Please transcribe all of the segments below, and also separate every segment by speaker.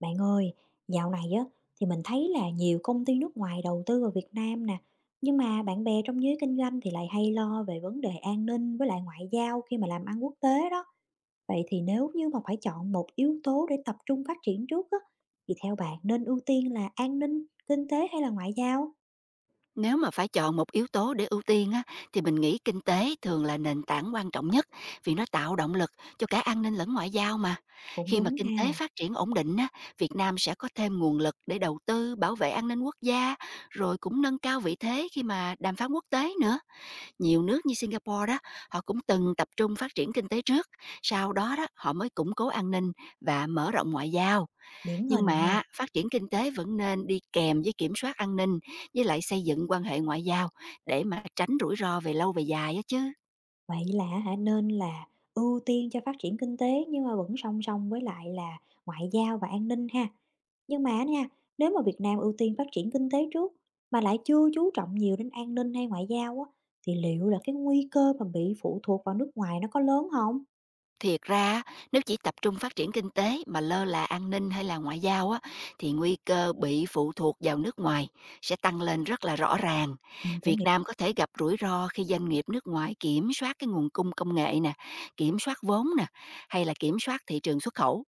Speaker 1: Bạn ơi, dạo này á thì mình thấy là nhiều công ty nước ngoài đầu tư vào Việt Nam nè, nhưng mà bạn bè trong giới kinh doanh thì lại hay lo về vấn đề an ninh với lại ngoại giao khi mà làm ăn quốc tế đó. Vậy thì nếu như mà phải chọn một yếu tố để tập trung phát triển trước á, thì theo bạn nên ưu tiên là an ninh, kinh tế hay là ngoại giao?
Speaker 2: Nếu mà phải chọn một yếu tố để ưu tiên á, thì mình nghĩ kinh tế thường là nền tảng quan trọng nhất vì nó tạo động lực cho cả an ninh lẫn ngoại giao mà.
Speaker 1: Cũng
Speaker 2: Khi mà
Speaker 1: đúng
Speaker 2: kinh tế
Speaker 1: ha.
Speaker 2: phát triển ổn định á, Việt Nam sẽ có thêm nguồn lực để đầu tư bảo vệ an ninh quốc gia, rồi cũng nâng cao vị thế khi mà đàm phán quốc tế nữa. Nhiều nước như Singapore đó, họ cũng từng tập trung phát triển kinh tế trước, sau đó đó họ mới củng cố an ninh và mở rộng ngoại giao,
Speaker 1: Điển
Speaker 2: nhưng
Speaker 1: hình ha.
Speaker 2: mà phát triển kinh tế vẫn nên đi kèm với kiểm soát an ninh, với lại xây dựng quan hệ ngoại giao để mà tránh rủi ro về lâu về dài á chứ.
Speaker 1: Vậy là hả, nên là ưu tiên cho phát triển kinh tế nhưng mà vẫn song song với lại là ngoại giao và an ninh ha. Nhưng mà nha, nếu mà Việt Nam ưu tiên phát triển kinh tế trước mà lại chưa chú trọng nhiều đến an ninh hay ngoại giao á, thì liệu là cái nguy cơ mà bị phụ thuộc vào nước ngoài nó có lớn không?
Speaker 2: Thiệt ra nếu chỉ tập trung phát triển kinh tế mà lơ là an ninh hay là ngoại giao á, thì nguy cơ bị phụ thuộc vào nước ngoài sẽ tăng lên rất là rõ ràng.
Speaker 1: Mình
Speaker 2: Việt
Speaker 1: cũng hiểu.
Speaker 2: Nam có thể gặp rủi ro khi doanh nghiệp nước ngoài kiểm soát cái nguồn cung công nghệ nè, kiểm soát vốn nè, hay là kiểm soát thị trường xuất khẩu.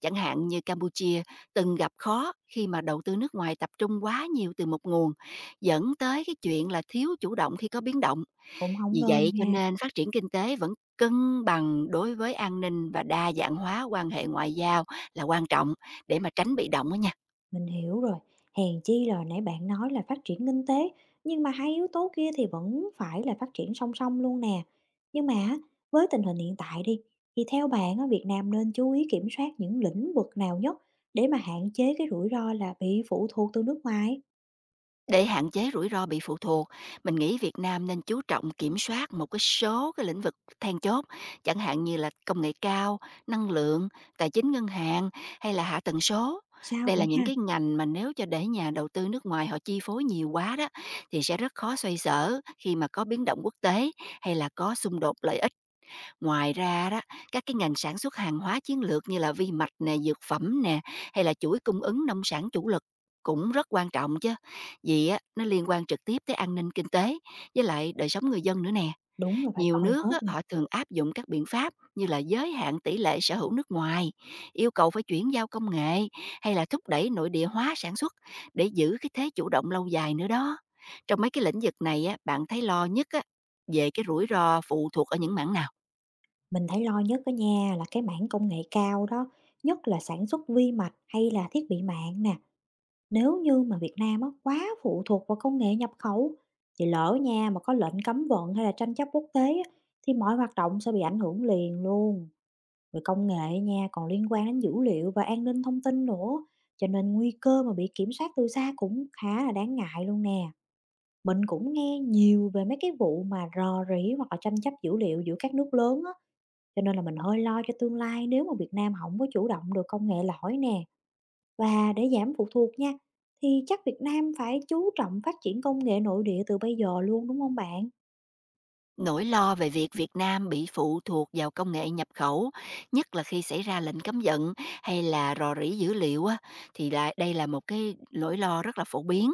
Speaker 2: Chẳng hạn như Campuchia từng gặp khó khi mà đầu tư nước ngoài tập trung quá nhiều từ một nguồn, dẫn tới cái chuyện là thiếu chủ động khi có biến động,
Speaker 1: Cũng không
Speaker 2: vì
Speaker 1: nên
Speaker 2: vậy cho
Speaker 1: ha.
Speaker 2: nên phát triển kinh tế vẫn cân bằng đối với an ninh và đa dạng hóa quan hệ ngoại giao là quan trọng để mà tránh bị động đó nha.
Speaker 1: Mình hiểu rồi. Hèn chi là nãy bạn nói là phát triển kinh tế, nhưng mà hai yếu tố kia thì vẫn phải là phát triển song song luôn nè. Nhưng mà á, với tình hình hiện tại đi, thì theo bạn á, Việt Nam nên chú ý kiểm soát những lĩnh vực nào nhất để mà hạn chế cái rủi ro là bị phụ thuộc từ nước ngoài?
Speaker 2: Để hạn chế rủi ro bị phụ thuộc, mình nghĩ Việt Nam nên chú trọng kiểm soát một số lĩnh vực then chốt, chẳng hạn như là công nghệ cao, năng lượng, tài chính ngân hàng hay là hạ tầng số.
Speaker 1: Sao
Speaker 2: Đây là
Speaker 1: vậy
Speaker 2: những
Speaker 1: ha?
Speaker 2: cái ngành mà nếu cho để nhà đầu tư nước ngoài họ chi phối nhiều quá đó thì sẽ rất khó xoay sở khi mà có biến động quốc tế hay là có xung đột lợi ích. Ngoài ra đó, các cái ngành sản xuất hàng hóa chiến lược như là vi mạch nè, dược phẩm nè, hay là chuỗi cung ứng nông sản chủ lực cũng rất quan trọng chứ. Vì á, nó liên quan trực tiếp tới an ninh kinh tế với lại đời sống người dân nữa nè.
Speaker 1: Đúng là phải
Speaker 2: Nhiều
Speaker 1: coi
Speaker 2: nước
Speaker 1: hết
Speaker 2: á,
Speaker 1: nè.
Speaker 2: họ thường áp dụng các biện pháp như là giới hạn tỷ lệ sở hữu nước ngoài, yêu cầu phải chuyển giao công nghệ hay là thúc đẩy nội địa hóa sản xuất để giữ cái thế chủ động lâu dài nữa đó. Trong mấy cái lĩnh vực này á, bạn thấy lo nhất á, về cái rủi ro phụ thuộc ở những mảng nào?
Speaker 1: Mình thấy lo nhất á nha là cái mảng công nghệ cao đó, nhất là sản xuất vi mạch hay là thiết bị mạng nè. Nếu như mà Việt Nam á quá phụ thuộc vào công nghệ nhập khẩu thì lỡ nha mà có lệnh cấm vận hay là tranh chấp quốc tế á, thì mọi hoạt động sẽ bị ảnh hưởng liền luôn. Rồi công nghệ nha còn liên quan đến dữ liệu và an ninh thông tin nữa, cho nên nguy cơ mà bị kiểm soát từ xa cũng khá là đáng ngại luôn nè. Mình cũng nghe nhiều về mấy cái vụ mà rò rỉ hoặc là tranh chấp dữ liệu giữa các nước lớn á. Cho nên là mình hơi lo cho tương lai nếu mà Việt Nam không có chủ động được công nghệ lõi nè. Và để giảm phụ thuộc nha, thì chắc Việt Nam phải chú trọng phát triển công nghệ nội địa từ bây giờ luôn, đúng không bạn?
Speaker 2: Nỗi lo về việc Việt Nam bị phụ thuộc vào công nghệ nhập khẩu, nhất là khi xảy ra lệnh cấm vận hay là rò rỉ dữ liệu á, thì lại đây là một cái nỗi lo rất là phổ biến.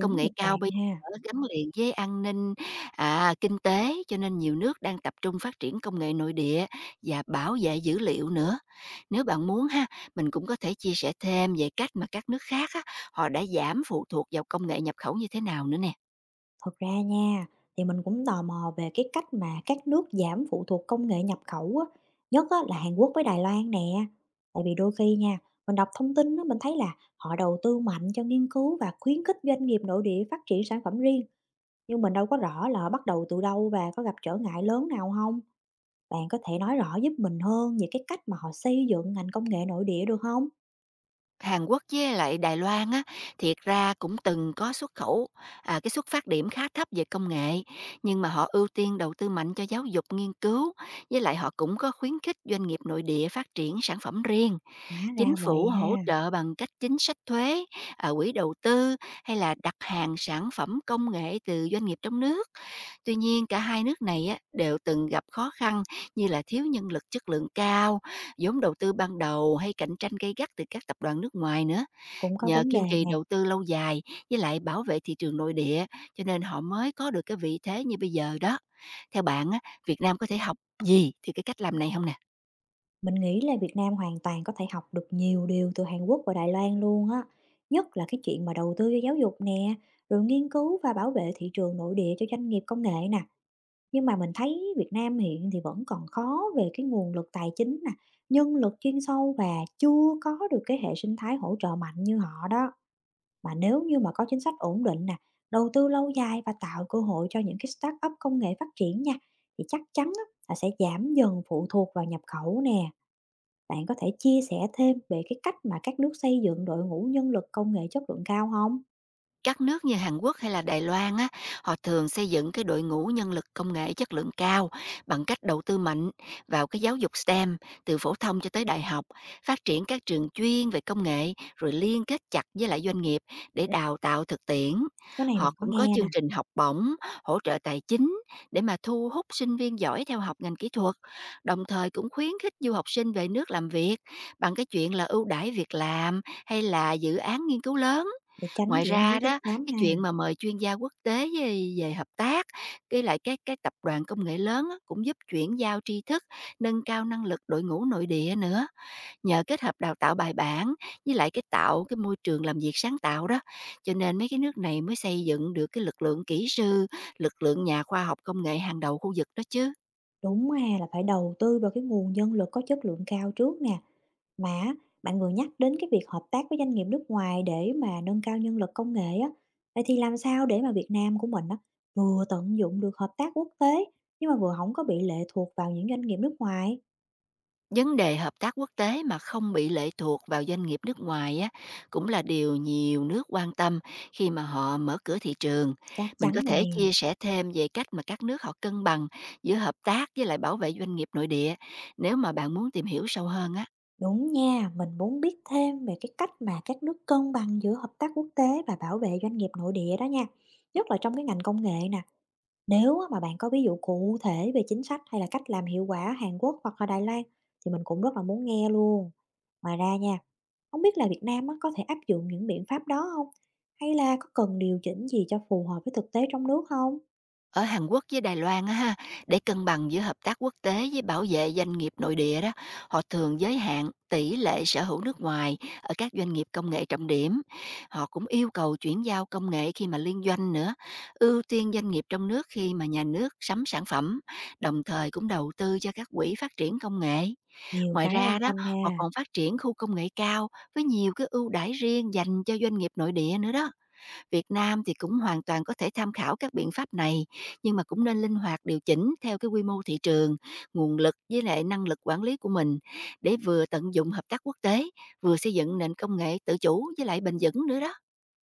Speaker 2: Công nghệ
Speaker 1: thực
Speaker 2: cao
Speaker 1: trạng
Speaker 2: bây
Speaker 1: ha.
Speaker 2: giờ gắn liền với an ninh, kinh tế cho nên nhiều nước đang tập trung phát triển công nghệ nội địa và bảo vệ dữ liệu nữa. Nếu bạn muốn ha, mình cũng có thể chia sẻ thêm về cách mà các nước khác á, họ đã giảm phụ thuộc vào công nghệ nhập khẩu như thế nào nữa nè.
Speaker 1: Thật ra nha, thì mình cũng tò mò về cái cách mà các nước giảm phụ thuộc công nghệ nhập khẩu á, nhất á là Hàn Quốc với Đài Loan nè. Tại vì đôi khi nha, mình đọc thông tin á, mình thấy là họ đầu tư mạnh cho nghiên cứu và khuyến khích doanh nghiệp nội địa phát triển sản phẩm riêng. Nhưng mình đâu có rõ là bắt đầu từ đâu và có gặp trở ngại lớn nào không. Bạn có thể nói rõ giúp mình hơn về cái cách mà họ xây dựng ngành công nghệ nội địa được không?
Speaker 2: Hàn Quốc với lại Đài Loan á, thiệt ra cũng từng có xuất khẩu, cái xuất phát điểm khá thấp về công nghệ, nhưng mà họ ưu tiên đầu tư mạnh cho giáo dục, nghiên cứu, với lại họ cũng có khuyến khích doanh nghiệp nội địa phát triển sản phẩm riêng.
Speaker 1: Hóa
Speaker 2: Chính
Speaker 1: ra
Speaker 2: phủ
Speaker 1: vậy
Speaker 2: hỗ
Speaker 1: ha.
Speaker 2: trợ bằng cách chính sách thuế, quỹ đầu tư hay là đặt hàng sản phẩm công nghệ từ doanh nghiệp trong nước. Tuy nhiên cả hai nước này á, đều từng gặp khó khăn như là thiếu nhân lực chất lượng cao, vốn đầu tư ban đầu hay cạnh tranh gay gắt từ các tập đoàn nước ngoài nữa.
Speaker 1: Cũng có
Speaker 2: Nhờ
Speaker 1: vấn
Speaker 2: kiên
Speaker 1: đề
Speaker 2: trì
Speaker 1: nè.
Speaker 2: đầu tư lâu dài với lại bảo vệ thị trường nội địa cho nên họ mới có được cái vị thế như bây giờ đó. Theo bạn á, Việt Nam có thể học gì từ cái cách làm này không nè?
Speaker 1: Mình nghĩ là Việt Nam hoàn toàn có thể học được nhiều điều từ Hàn Quốc và Đài Loan luôn á, nhất là cái chuyện mà đầu tư cho giáo dục nè, rồi nghiên cứu và bảo vệ thị trường nội địa cho doanh nghiệp công nghệ nè. Nhưng mà mình thấy Việt Nam hiện thì vẫn còn khó về cái nguồn lực tài chính nè, nhân lực chuyên sâu và chưa có được cái hệ sinh thái hỗ trợ mạnh như họ đó. Mà nếu như mà có chính sách ổn định nè, đầu tư lâu dài và tạo cơ hội cho những cái start-up công nghệ phát triển nha, thì chắc chắn á, là sẽ giảm dần phụ thuộc vào nhập khẩu nè. Bạn có thể chia sẻ thêm về cái cách mà các nước xây dựng đội ngũ nhân lực công nghệ chất lượng cao không?
Speaker 2: Các nước như Hàn Quốc hay là Đài Loan á, họ thường xây dựng cái đội ngũ nhân lực công nghệ chất lượng cao bằng cách đầu tư mạnh vào cái giáo dục STEM từ phổ thông cho tới đại học, phát triển các trường chuyên về công nghệ rồi liên kết chặt với lại doanh nghiệp để đào tạo thực tiễn.
Speaker 1: Cái này
Speaker 2: Họ
Speaker 1: mình có
Speaker 2: cũng có
Speaker 1: nghe nè.
Speaker 2: chương trình học bổng, hỗ trợ tài chính để mà thu hút sinh viên giỏi theo học ngành kỹ thuật, đồng thời cũng khuyến khích du học sinh về nước làm việc bằng cái chuyện là ưu đãi việc làm hay là dự án nghiên cứu lớn.
Speaker 1: Để tránh
Speaker 2: Ngoài
Speaker 1: diễn hú
Speaker 2: ra
Speaker 1: chất
Speaker 2: đó,
Speaker 1: xám
Speaker 2: cái
Speaker 1: ha.
Speaker 2: chuyện mà mời chuyên gia quốc tế với về hợp tác, với lại các tập đoàn công nghệ lớn á, cũng giúp chuyển giao tri thức, nâng cao năng lực đội ngũ nội địa nữa. Nhờ kết hợp đào tạo bài bản với lại cái tạo cái môi trường làm việc sáng tạo đó, cho nên mấy cái nước này mới xây dựng được cái lực lượng kỹ sư, lực lượng nhà khoa học công nghệ hàng đầu khu vực đó chứ.
Speaker 1: Đúng ha, là phải đầu tư vào cái nguồn nhân lực có chất lượng cao trước nè. Mà á, bạn vừa nhắc đến cái việc hợp tác với doanh nghiệp nước ngoài để mà nâng cao nhân lực công nghệ á. Vậy thì làm sao để mà Việt Nam của mình á, vừa tận dụng được hợp tác quốc tế nhưng mà vừa không có bị lệ thuộc vào những doanh nghiệp nước ngoài?
Speaker 2: Vấn đề hợp tác quốc tế mà không bị lệ thuộc vào doanh nghiệp nước ngoài á, cũng là điều nhiều nước quan tâm khi mà họ mở cửa thị trường.
Speaker 1: Chắc
Speaker 2: Mình có
Speaker 1: chắn rồi
Speaker 2: thể
Speaker 1: nè.
Speaker 2: chia sẻ thêm về cách mà các nước họ cân bằng giữa hợp tác với lại bảo vệ doanh nghiệp nội địa nếu mà bạn muốn tìm hiểu sâu hơn á.
Speaker 1: Đúng nha, mình muốn biết thêm về cái cách mà các nước cân bằng giữa hợp tác quốc tế và bảo vệ doanh nghiệp nội địa đó nha. Nhất là trong cái ngành công nghệ nè. Nếu á mà bạn có ví dụ cụ thể về chính sách hay là cách làm hiệu quả ở Hàn Quốc hoặc là Đài Loan thì mình cũng rất là muốn nghe luôn. Ngoài ra nha, không biết là Việt Nam á, có thể áp dụng những biện pháp đó không? Hay là có cần điều chỉnh gì cho phù hợp với thực tế trong nước không?
Speaker 2: Ở Hàn Quốc với Đài Loan á ha, để cân bằng giữa hợp tác quốc tế với bảo vệ doanh nghiệp nội địa đó, họ thường giới hạn tỷ lệ sở hữu nước ngoài ở các doanh nghiệp công nghệ trọng điểm. Họ cũng yêu cầu chuyển giao công nghệ khi mà liên doanh nữa, ưu tiên doanh nghiệp trong nước khi mà nhà nước sắm sản phẩm, đồng thời cũng đầu tư cho các quỹ phát triển công nghệ.
Speaker 1: Nhiều
Speaker 2: Ngoài
Speaker 1: cái
Speaker 2: ra
Speaker 1: quan
Speaker 2: đó,
Speaker 1: tâm
Speaker 2: họ
Speaker 1: ha.
Speaker 2: còn phát triển khu công nghệ cao với nhiều cái ưu đãi riêng dành cho doanh nghiệp nội địa nữa đó. Việt Nam thì cũng hoàn toàn có thể tham khảo các biện pháp này, nhưng mà cũng nên linh hoạt điều chỉnh theo cái quy mô thị trường, nguồn lực với lại năng lực quản lý của mình để vừa tận dụng hợp tác quốc tế, vừa xây dựng nền công nghệ tự chủ với lại bền vững nữa đó.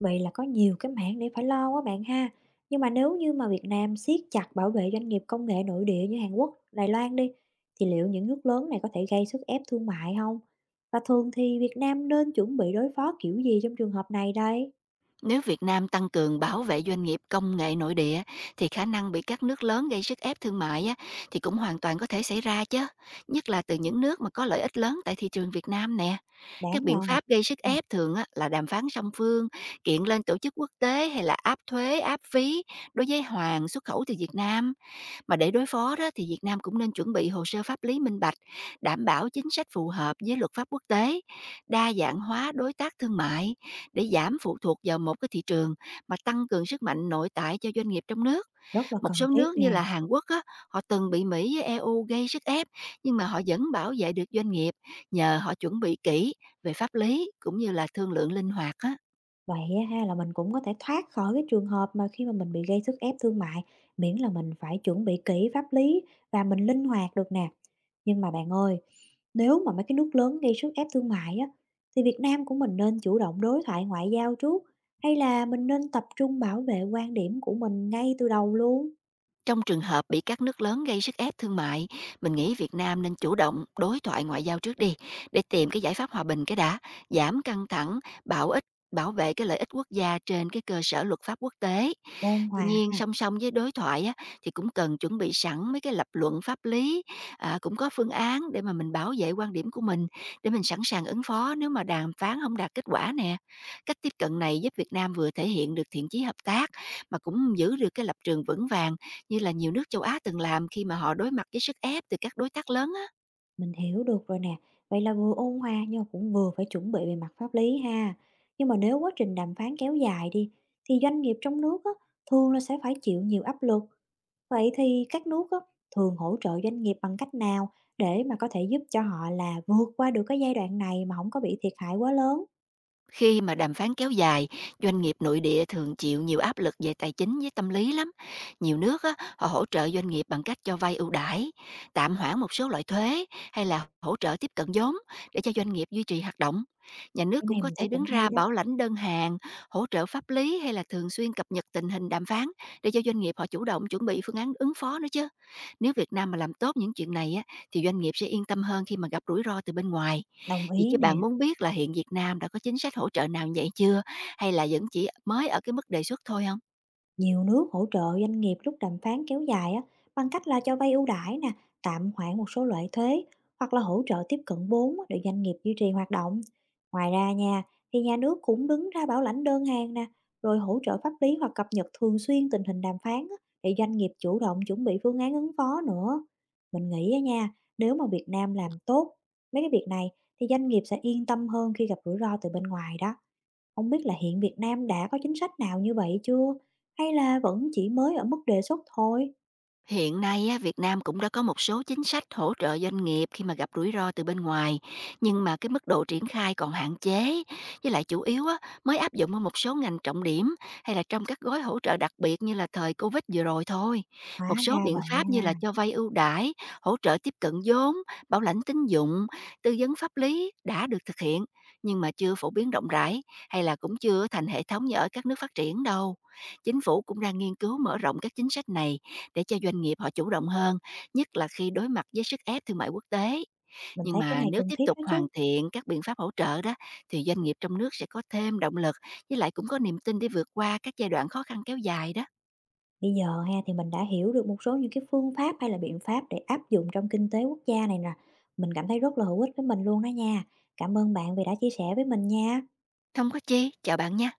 Speaker 1: Vậy là có nhiều cái mảng để phải lo quá bạn ha. Nhưng mà nếu như mà Việt Nam siết chặt bảo vệ doanh nghiệp công nghệ nội địa như Hàn Quốc, Đài Loan đi, thì liệu những nước lớn này có thể gây sức ép thương mại không? Và thường thì Việt Nam nên chuẩn bị đối phó kiểu gì trong trường hợp này đây?
Speaker 2: Nếu Việt Nam tăng cường bảo vệ doanh nghiệp công nghệ nội địa thì khả năng bị các nước lớn gây sức ép thương mại á, thì cũng hoàn toàn có thể xảy ra chứ, nhất là từ những nước mà có lợi ích lớn tại thị trường Việt Nam nè. Các
Speaker 1: Đáng
Speaker 2: biện
Speaker 1: lo ngại.
Speaker 2: pháp gây sức
Speaker 1: Ừ.
Speaker 2: ép thường á, là đàm phán song phương, kiện lên tổ chức quốc tế hay là áp thuế, áp phí đối với hoàng xuất khẩu từ Việt Nam. Mà để đối phó đó thì Việt Nam cũng nên chuẩn bị hồ sơ pháp lý minh bạch, đảm bảo chính sách phù hợp với luật pháp quốc tế, đa dạng hóa đối tác thương mại để giảm phụ thuộc vào một cái thị trường mà tăng cường sức mạnh nội tại cho doanh nghiệp trong nước.
Speaker 1: Rất là
Speaker 2: Một số
Speaker 1: cần thiết
Speaker 2: nước như
Speaker 1: nè.
Speaker 2: là Hàn Quốc á, họ từng bị Mỹ với EU gây sức ép nhưng mà họ vẫn bảo vệ được doanh nghiệp nhờ họ chuẩn bị kỹ về pháp lý cũng như là thương lượng linh hoạt á.
Speaker 1: Vậy á ha là mình cũng có thể thoát khỏi cái trường hợp mà khi mà mình bị gây sức ép thương mại, miễn là mình phải chuẩn bị kỹ pháp lý và mình linh hoạt được nè. Nhưng mà bạn ơi, nếu mà mấy cái nước lớn gây sức ép thương mại á, thì Việt Nam của mình nên chủ động đối thoại ngoại giao trước hay là mình nên tập trung bảo vệ quan điểm của mình ngay từ đầu luôn?
Speaker 2: Trong trường hợp bị các nước lớn gây sức ép thương mại, mình nghĩ Việt Nam nên chủ động đối thoại ngoại giao trước đi để tìm cái giải pháp hòa bình cái đã, giảm căng thẳng, bảo ích bảo vệ cái lợi ích quốc gia trên cái cơ sở luật pháp quốc tế.
Speaker 1: Ôn
Speaker 2: Tuy
Speaker 1: hòa
Speaker 2: nhiên
Speaker 1: ha.
Speaker 2: song song với đối thoại á, thì cũng cần chuẩn bị sẵn mấy cái lập luận pháp lý, cũng có phương án để mà mình bảo vệ quan điểm của mình, để mình sẵn sàng ứng phó nếu mà đàm phán không đạt kết quả nè. Cách tiếp cận này giúp Việt Nam vừa thể hiện được thiện chí hợp tác mà cũng giữ được cái lập trường vững vàng như là nhiều nước châu Á từng làm khi mà họ đối mặt với sức ép từ các đối tác lớn á.
Speaker 1: Mình hiểu được rồi nè. Vậy là vừa ôn hòa nhưng mà cũng vừa phải chuẩn bị về mặt pháp lý ha. Nhưng mà nếu quá trình đàm phán kéo dài đi thì doanh nghiệp trong nước á, thường là sẽ phải chịu nhiều áp lực. Vậy thì các nước á, thường hỗ trợ doanh nghiệp bằng cách nào để mà có thể giúp cho họ là vượt qua được cái giai đoạn này mà không có bị thiệt hại quá lớn?
Speaker 2: Khi mà đàm phán kéo dài, doanh nghiệp nội địa thường chịu nhiều áp lực về tài chính với tâm lý lắm. Nhiều nước á, họ hỗ trợ doanh nghiệp bằng cách cho vay ưu đãi, tạm hoãn một số loại thuế hay là hỗ trợ tiếp cận vốn để cho doanh nghiệp duy trì hoạt động. Nhà nước
Speaker 1: Cái
Speaker 2: cũng
Speaker 1: này
Speaker 2: có
Speaker 1: mình
Speaker 2: thể
Speaker 1: thấy
Speaker 2: đứng
Speaker 1: cũng hay
Speaker 2: ra
Speaker 1: đó.
Speaker 2: bảo lãnh đơn hàng, hỗ trợ pháp lý hay là thường xuyên cập nhật tình hình đàm phán để cho doanh nghiệp họ chủ động chuẩn bị phương án ứng phó nữa chứ. Nếu Việt Nam mà làm tốt những chuyện này á thì doanh nghiệp sẽ yên tâm hơn khi mà gặp rủi ro từ bên ngoài.
Speaker 1: Đồng
Speaker 2: Vậy
Speaker 1: ý
Speaker 2: chứ
Speaker 1: nè.
Speaker 2: bạn muốn biết là hiện Việt Nam đã có chính sách hỗ trợ nào vậy chưa? Hay là vẫn chỉ mới ở cái mức đề xuất thôi không?
Speaker 1: Nhiều nước hỗ trợ doanh nghiệp lúc đàm phán kéo dài á, bằng cách là cho vay ưu đãi nè, tạm hoãn một số loại thuế hoặc là hỗ trợ tiếp cận vốn á, để doanh nghiệp duy trì hoạt động. Ngoài ra nha, thì nhà nước cũng đứng ra bảo lãnh đơn hàng nè, rồi hỗ trợ pháp lý hoặc cập nhật thường xuyên tình hình đàm phán á, để doanh nghiệp chủ động chuẩn bị phương án ứng phó nữa. Mình nghĩ á nha, nếu mà Việt Nam làm tốt mấy cái việc này thì doanh nghiệp sẽ yên tâm hơn khi gặp rủi ro từ bên ngoài đó. Không biết là hiện Việt Nam đã có chính sách nào như vậy chưa? Hay là vẫn chỉ mới ở mức đề xuất thôi?
Speaker 2: Hiện nay á, Việt Nam cũng đã có một số chính sách hỗ trợ doanh nghiệp khi mà gặp rủi ro từ bên ngoài, nhưng mà cái mức độ triển khai còn hạn chế, với lại chủ yếu á, mới áp dụng ở một số ngành trọng điểm hay là trong các gói hỗ trợ đặc biệt như là thời Covid vừa rồi thôi.
Speaker 1: Hóa
Speaker 2: Một số
Speaker 1: ra
Speaker 2: biện
Speaker 1: vậy
Speaker 2: pháp như là
Speaker 1: ha.
Speaker 2: cho vay ưu đãi, hỗ trợ tiếp cận vốn, bảo lãnh tín dụng, tư vấn pháp lý đã được thực hiện nhưng mà chưa phổ biến rộng rãi hay là cũng chưa thành hệ thống như ở các nước phát triển đâu. Chính phủ cũng đang nghiên cứu mở rộng các chính sách này để cho doanh nghiệp họ chủ động hơn, nhất là khi đối mặt với sức ép thương mại quốc tế.
Speaker 1: Mình
Speaker 2: Nhưng
Speaker 1: thấy cái
Speaker 2: mà
Speaker 1: này
Speaker 2: nếu
Speaker 1: cần
Speaker 2: tiếp
Speaker 1: thiết
Speaker 2: tục
Speaker 1: đó
Speaker 2: hoàn
Speaker 1: chứ.
Speaker 2: thiện các biện pháp hỗ trợ đó thì doanh nghiệp trong nước sẽ có thêm động lực với lại cũng có niềm tin để vượt qua các giai đoạn khó khăn kéo dài đó.
Speaker 1: Bây giờ ha thì mình đã hiểu được một số những cái phương pháp hay là biện pháp để áp dụng trong kinh tế quốc gia này nè. Mình cảm thấy rất là hữu ích với mình luôn đó nha. Cảm ơn bạn vì đã chia sẻ với mình nha.
Speaker 2: Không có chi, chào bạn nha.